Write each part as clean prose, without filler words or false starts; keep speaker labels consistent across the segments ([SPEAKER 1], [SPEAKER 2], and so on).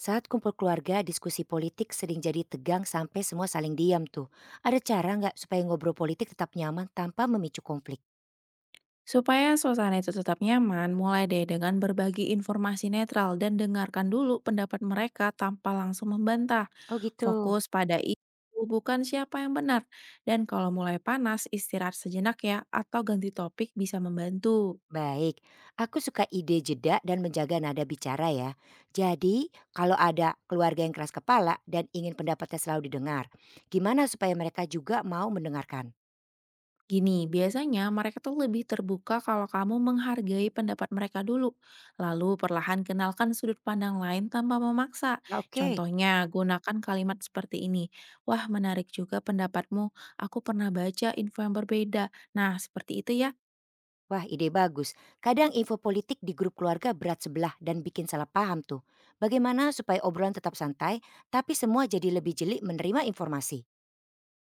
[SPEAKER 1] Saat kumpul keluarga, diskusi politik sering jadi tegang sampai semua saling diam tuh. Ada cara nggak supaya ngobrol politik tetap nyaman tanpa memicu konflik?
[SPEAKER 2] Supaya suasana itu tetap nyaman, mulai deh dengan berbagi informasi netral dan dengarkan dulu pendapat mereka tanpa langsung membantah.
[SPEAKER 1] Oh gitu.
[SPEAKER 2] Fokus pada itu, bukan siapa yang benar. Dan kalau mulai panas, istirahat sejenak ya, atau ganti topik bisa membantu.
[SPEAKER 1] Baik, aku suka ide jeda dan menjaga nada bicara ya. Jadi, kalau ada keluarga yang keras kepala dan ingin pendapatnya selalu didengar, gimana supaya mereka juga mau mendengarkan?
[SPEAKER 2] Gini, biasanya mereka tuh lebih terbuka kalau kamu menghargai pendapat mereka dulu, lalu perlahan kenalkan sudut pandang lain tanpa memaksa.
[SPEAKER 1] Oke.
[SPEAKER 2] Contohnya, gunakan kalimat seperti ini. Wah, menarik juga pendapatmu. Aku pernah baca info yang berbeda. Nah, seperti itu ya.
[SPEAKER 1] Wah, ide bagus. Kadang info politik di grup keluarga berat sebelah dan bikin salah paham tuh. Bagaimana supaya obrolan tetap santai, tapi semua jadi lebih jeli menerima informasi?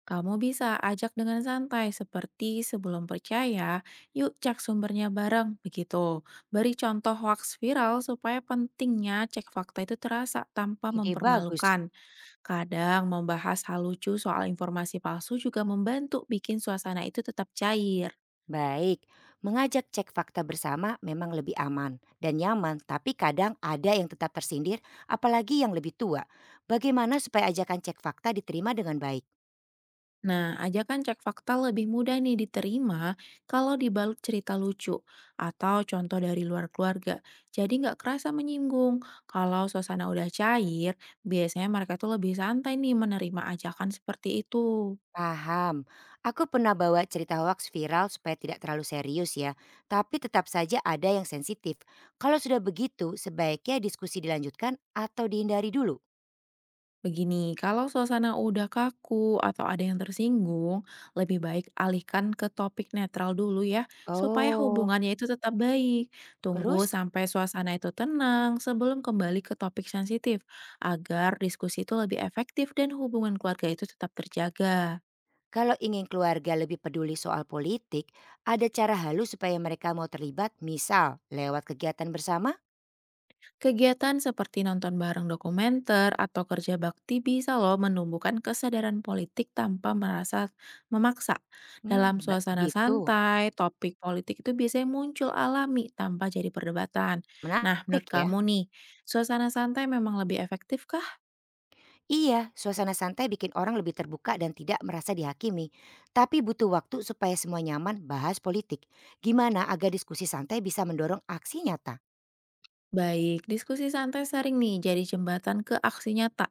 [SPEAKER 2] Kamu bisa ajak dengan santai, seperti sebelum percaya, yuk cek sumbernya bareng, begitu. Beri contoh hoax viral supaya pentingnya cek fakta itu terasa tanpa
[SPEAKER 1] Ide bagus.
[SPEAKER 2] mempermalukan. Kadang membahas hal lucu soal informasi palsu juga membantu bikin suasana itu tetap cair.
[SPEAKER 1] Baik, mengajak cek fakta bersama memang lebih aman dan nyaman, tapi kadang ada yang tetap tersindir, apalagi yang lebih tua. Bagaimana supaya ajakan cek fakta diterima dengan baik?
[SPEAKER 2] Nah, ajakan cek fakta lebih mudah nih diterima kalau dibalut cerita lucu atau contoh dari luar keluarga. Jadi nggak kerasa menyinggung. Kalau suasana udah cair, biasanya mereka tuh lebih santai nih menerima ajakan seperti itu.
[SPEAKER 1] Paham. Aku pernah bawa cerita hoax viral supaya tidak terlalu serius ya. Tapi tetap saja ada yang sensitif. Kalau sudah begitu, sebaiknya diskusi dilanjutkan atau dihindari dulu.
[SPEAKER 2] Begini, kalau suasana udah kaku atau ada yang tersinggung, lebih baik alihkan ke topik netral dulu ya, supaya
[SPEAKER 1] Oh,
[SPEAKER 2] hubungannya itu tetap baik. Tunggu
[SPEAKER 1] terus?
[SPEAKER 2] sampai suasana itu tenang sebelum kembali ke topik sensitif, agar diskusi itu lebih efektif dan hubungan keluarga itu tetap terjaga.
[SPEAKER 1] Kalau ingin keluarga lebih peduli soal politik, ada cara halus supaya mereka mau terlibat, misal lewat kegiatan bersama?
[SPEAKER 2] Kegiatan seperti nonton bareng dokumenter atau kerja bakti bisa loh menumbuhkan kesadaran politik tanpa merasa memaksa.
[SPEAKER 1] Hmm,
[SPEAKER 2] Dalam suasana
[SPEAKER 1] begitu.
[SPEAKER 2] santai, topik politik itu biasanya muncul alami tanpa jadi perdebatan. Nah,
[SPEAKER 1] Menarik
[SPEAKER 2] menurut
[SPEAKER 1] ya.
[SPEAKER 2] kamu nih, suasana santai memang lebih efektif kah?
[SPEAKER 1] Iya, suasana santai bikin orang lebih terbuka dan tidak merasa dihakimi. Tapi butuh waktu supaya semua nyaman bahas politik. Gimana agar diskusi santai bisa mendorong aksi nyata?
[SPEAKER 2] Baik, diskusi santai sering nih jadi jembatan ke aksi nyata,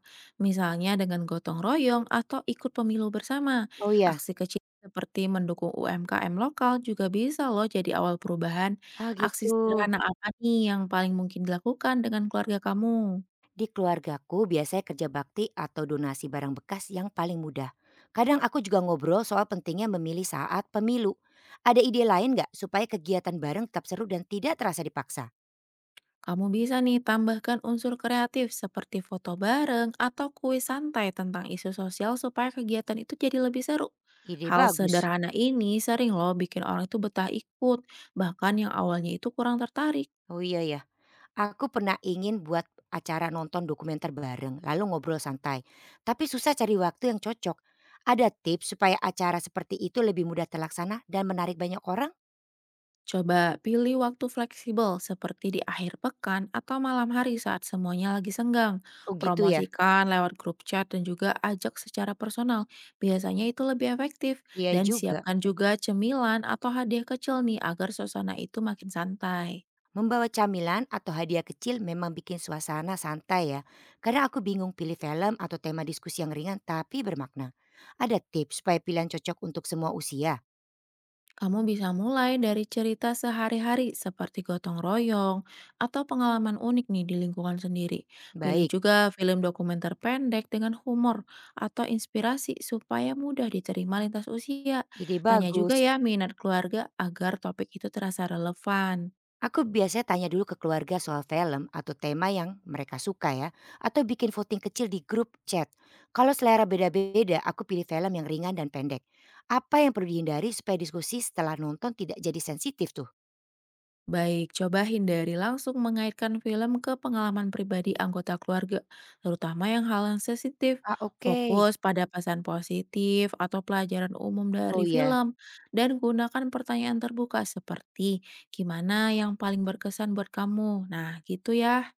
[SPEAKER 2] misalnya dengan gotong royong atau ikut pemilu bersama.
[SPEAKER 1] Oh iya,
[SPEAKER 2] Aksi kecil seperti mendukung UMKM lokal juga bisa loh jadi awal perubahan.
[SPEAKER 1] ah
[SPEAKER 2] Aksi
[SPEAKER 1] gitu.
[SPEAKER 2] sederhana apa nih yang paling mungkin dilakukan dengan keluarga kamu?
[SPEAKER 1] Di keluargaku biasanya kerja bakti atau donasi barang bekas yang paling mudah. Kadang aku juga ngobrol soal pentingnya memilih saat pemilu. Ada ide lain nggak supaya kegiatan bareng tetap seru dan tidak terasa dipaksa?
[SPEAKER 2] Kamu bisa nih tambahkan unsur kreatif seperti foto bareng atau kuis santai tentang isu sosial supaya kegiatan itu jadi lebih seru.
[SPEAKER 1] Ide
[SPEAKER 2] Hal
[SPEAKER 1] bagus.
[SPEAKER 2] sederhana ini sering loh bikin orang itu betah ikut, bahkan yang awalnya itu kurang tertarik.
[SPEAKER 1] Oh iya ya. Aku pernah ingin buat acara nonton dokumenter bareng, lalu ngobrol santai. Tapi susah cari waktu yang cocok. Ada tips supaya acara seperti itu lebih mudah terlaksana dan menarik banyak orang?
[SPEAKER 2] Coba pilih waktu fleksibel seperti di akhir pekan atau malam hari saat semuanya lagi senggang.
[SPEAKER 1] Oh gitu ya?
[SPEAKER 2] Promosikan lewat grup chat dan juga ajak secara personal. Biasanya itu lebih efektif.
[SPEAKER 1] Iya
[SPEAKER 2] Dan
[SPEAKER 1] juga.
[SPEAKER 2] siapkan juga cemilan atau hadiah kecil nih agar suasana itu makin santai.
[SPEAKER 1] Membawa camilan atau hadiah kecil memang bikin suasana santai ya. Kadang aku bingung pilih film atau tema diskusi yang ringan tapi bermakna. Ada tips supaya pilihan cocok untuk semua usia?
[SPEAKER 2] Kamu bisa mulai dari cerita sehari-hari seperti gotong royong atau pengalaman unik nih di lingkungan sendiri. Pilih
[SPEAKER 1] Baik,
[SPEAKER 2] juga film dokumenter pendek dengan humor atau inspirasi supaya mudah diterima lintas usia.
[SPEAKER 1] ide
[SPEAKER 2] Tanya juga
[SPEAKER 1] bagus.
[SPEAKER 2] ya minat keluarga agar topik itu terasa relevan.
[SPEAKER 1] Aku biasanya tanya dulu ke keluarga soal film atau tema yang mereka suka ya. Atau bikin voting kecil di grup chat. Kalau selera beda-beda, aku pilih film yang ringan dan pendek. Apa yang perlu dihindari supaya diskusi setelah nonton tidak jadi sensitif tuh?
[SPEAKER 2] Baik, coba hindari langsung mengaitkan film ke pengalaman pribadi anggota keluarga, terutama yang hal yang sensitif.
[SPEAKER 1] Ah oke.
[SPEAKER 2] Fokus pada pesan positif atau pelajaran umum
[SPEAKER 1] Oh
[SPEAKER 2] dari
[SPEAKER 1] iya.
[SPEAKER 2] film, dan gunakan pertanyaan terbuka seperti, gimana yang paling berkesan buat kamu? Nah, gitu ya.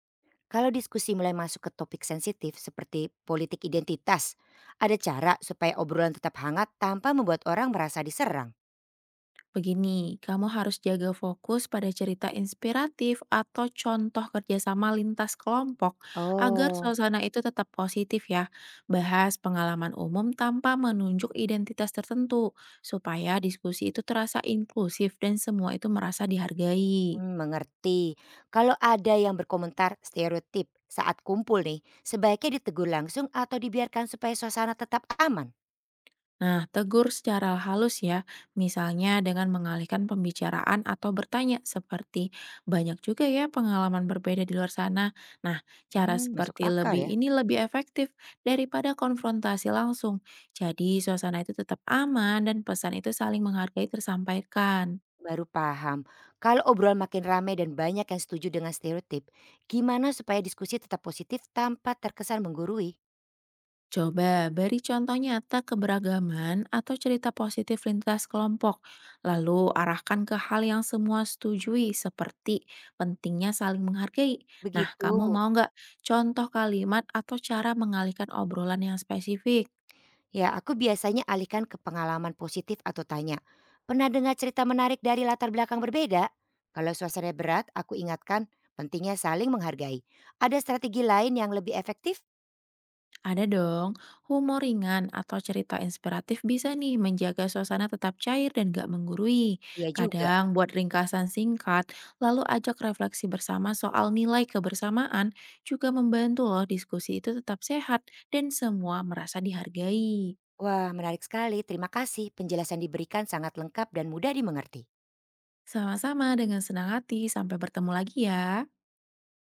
[SPEAKER 1] Kalau diskusi mulai masuk ke topik sensitif seperti politik identitas, ada cara supaya obrolan tetap hangat tanpa membuat orang merasa diserang.
[SPEAKER 2] Begini, kamu harus jaga fokus pada cerita inspiratif atau contoh kerjasama lintas kelompok agar
[SPEAKER 1] Oh.
[SPEAKER 2] suasana itu tetap positif ya. Bahas pengalaman umum tanpa menunjuk identitas tertentu supaya diskusi itu terasa inklusif dan semua itu merasa dihargai.
[SPEAKER 1] Mmm, mengerti. Kalau ada yang berkomentar stereotip saat kumpul nih, sebaiknya ditegur langsung atau dibiarkan supaya suasana tetap aman?
[SPEAKER 2] Nah, tegur secara halus ya, misalnya dengan mengalihkan pembicaraan atau bertanya seperti banyak juga ya pengalaman berbeda di luar sana. Nah, cara
[SPEAKER 1] Hmm, masuk
[SPEAKER 2] seperti
[SPEAKER 1] akal
[SPEAKER 2] lebih
[SPEAKER 1] ya.
[SPEAKER 2] ini lebih efektif daripada konfrontasi langsung. Jadi, suasana itu tetap aman dan pesan itu saling menghargai tersampaikan.
[SPEAKER 1] Baru paham. Kalau obrolan makin ramai dan banyak yang setuju dengan stereotip, gimana supaya diskusi tetap positif tanpa terkesan menggurui?
[SPEAKER 2] Coba beri contoh nyata keberagaman atau cerita positif lintas kelompok, lalu arahkan ke hal yang semua setujui seperti pentingnya saling menghargai. Nah,
[SPEAKER 1] Begitu.
[SPEAKER 2] kamu mau nggak contoh kalimat atau cara mengalihkan obrolan yang spesifik?
[SPEAKER 1] Ya, aku biasanya alihkan ke pengalaman positif atau tanya, pernah dengar cerita menarik dari latar belakang berbeda? Kalau suasana berat, aku ingatkan pentingnya saling menghargai. Ada strategi lain yang lebih efektif?
[SPEAKER 2] Ada dong, humor ringan atau cerita inspiratif bisa nih menjaga suasana tetap cair dan gak menggurui.
[SPEAKER 1] Iya juga.
[SPEAKER 2] Kadang buat ringkasan singkat, lalu ajak refleksi bersama soal nilai kebersamaan juga membantu loh diskusi itu tetap sehat dan semua merasa dihargai.
[SPEAKER 1] Wah, menarik sekali. Terima kasih. Penjelasan diberikan sangat lengkap dan mudah dimengerti.
[SPEAKER 2] Sama-sama dengan senang hati, sampai bertemu lagi ya.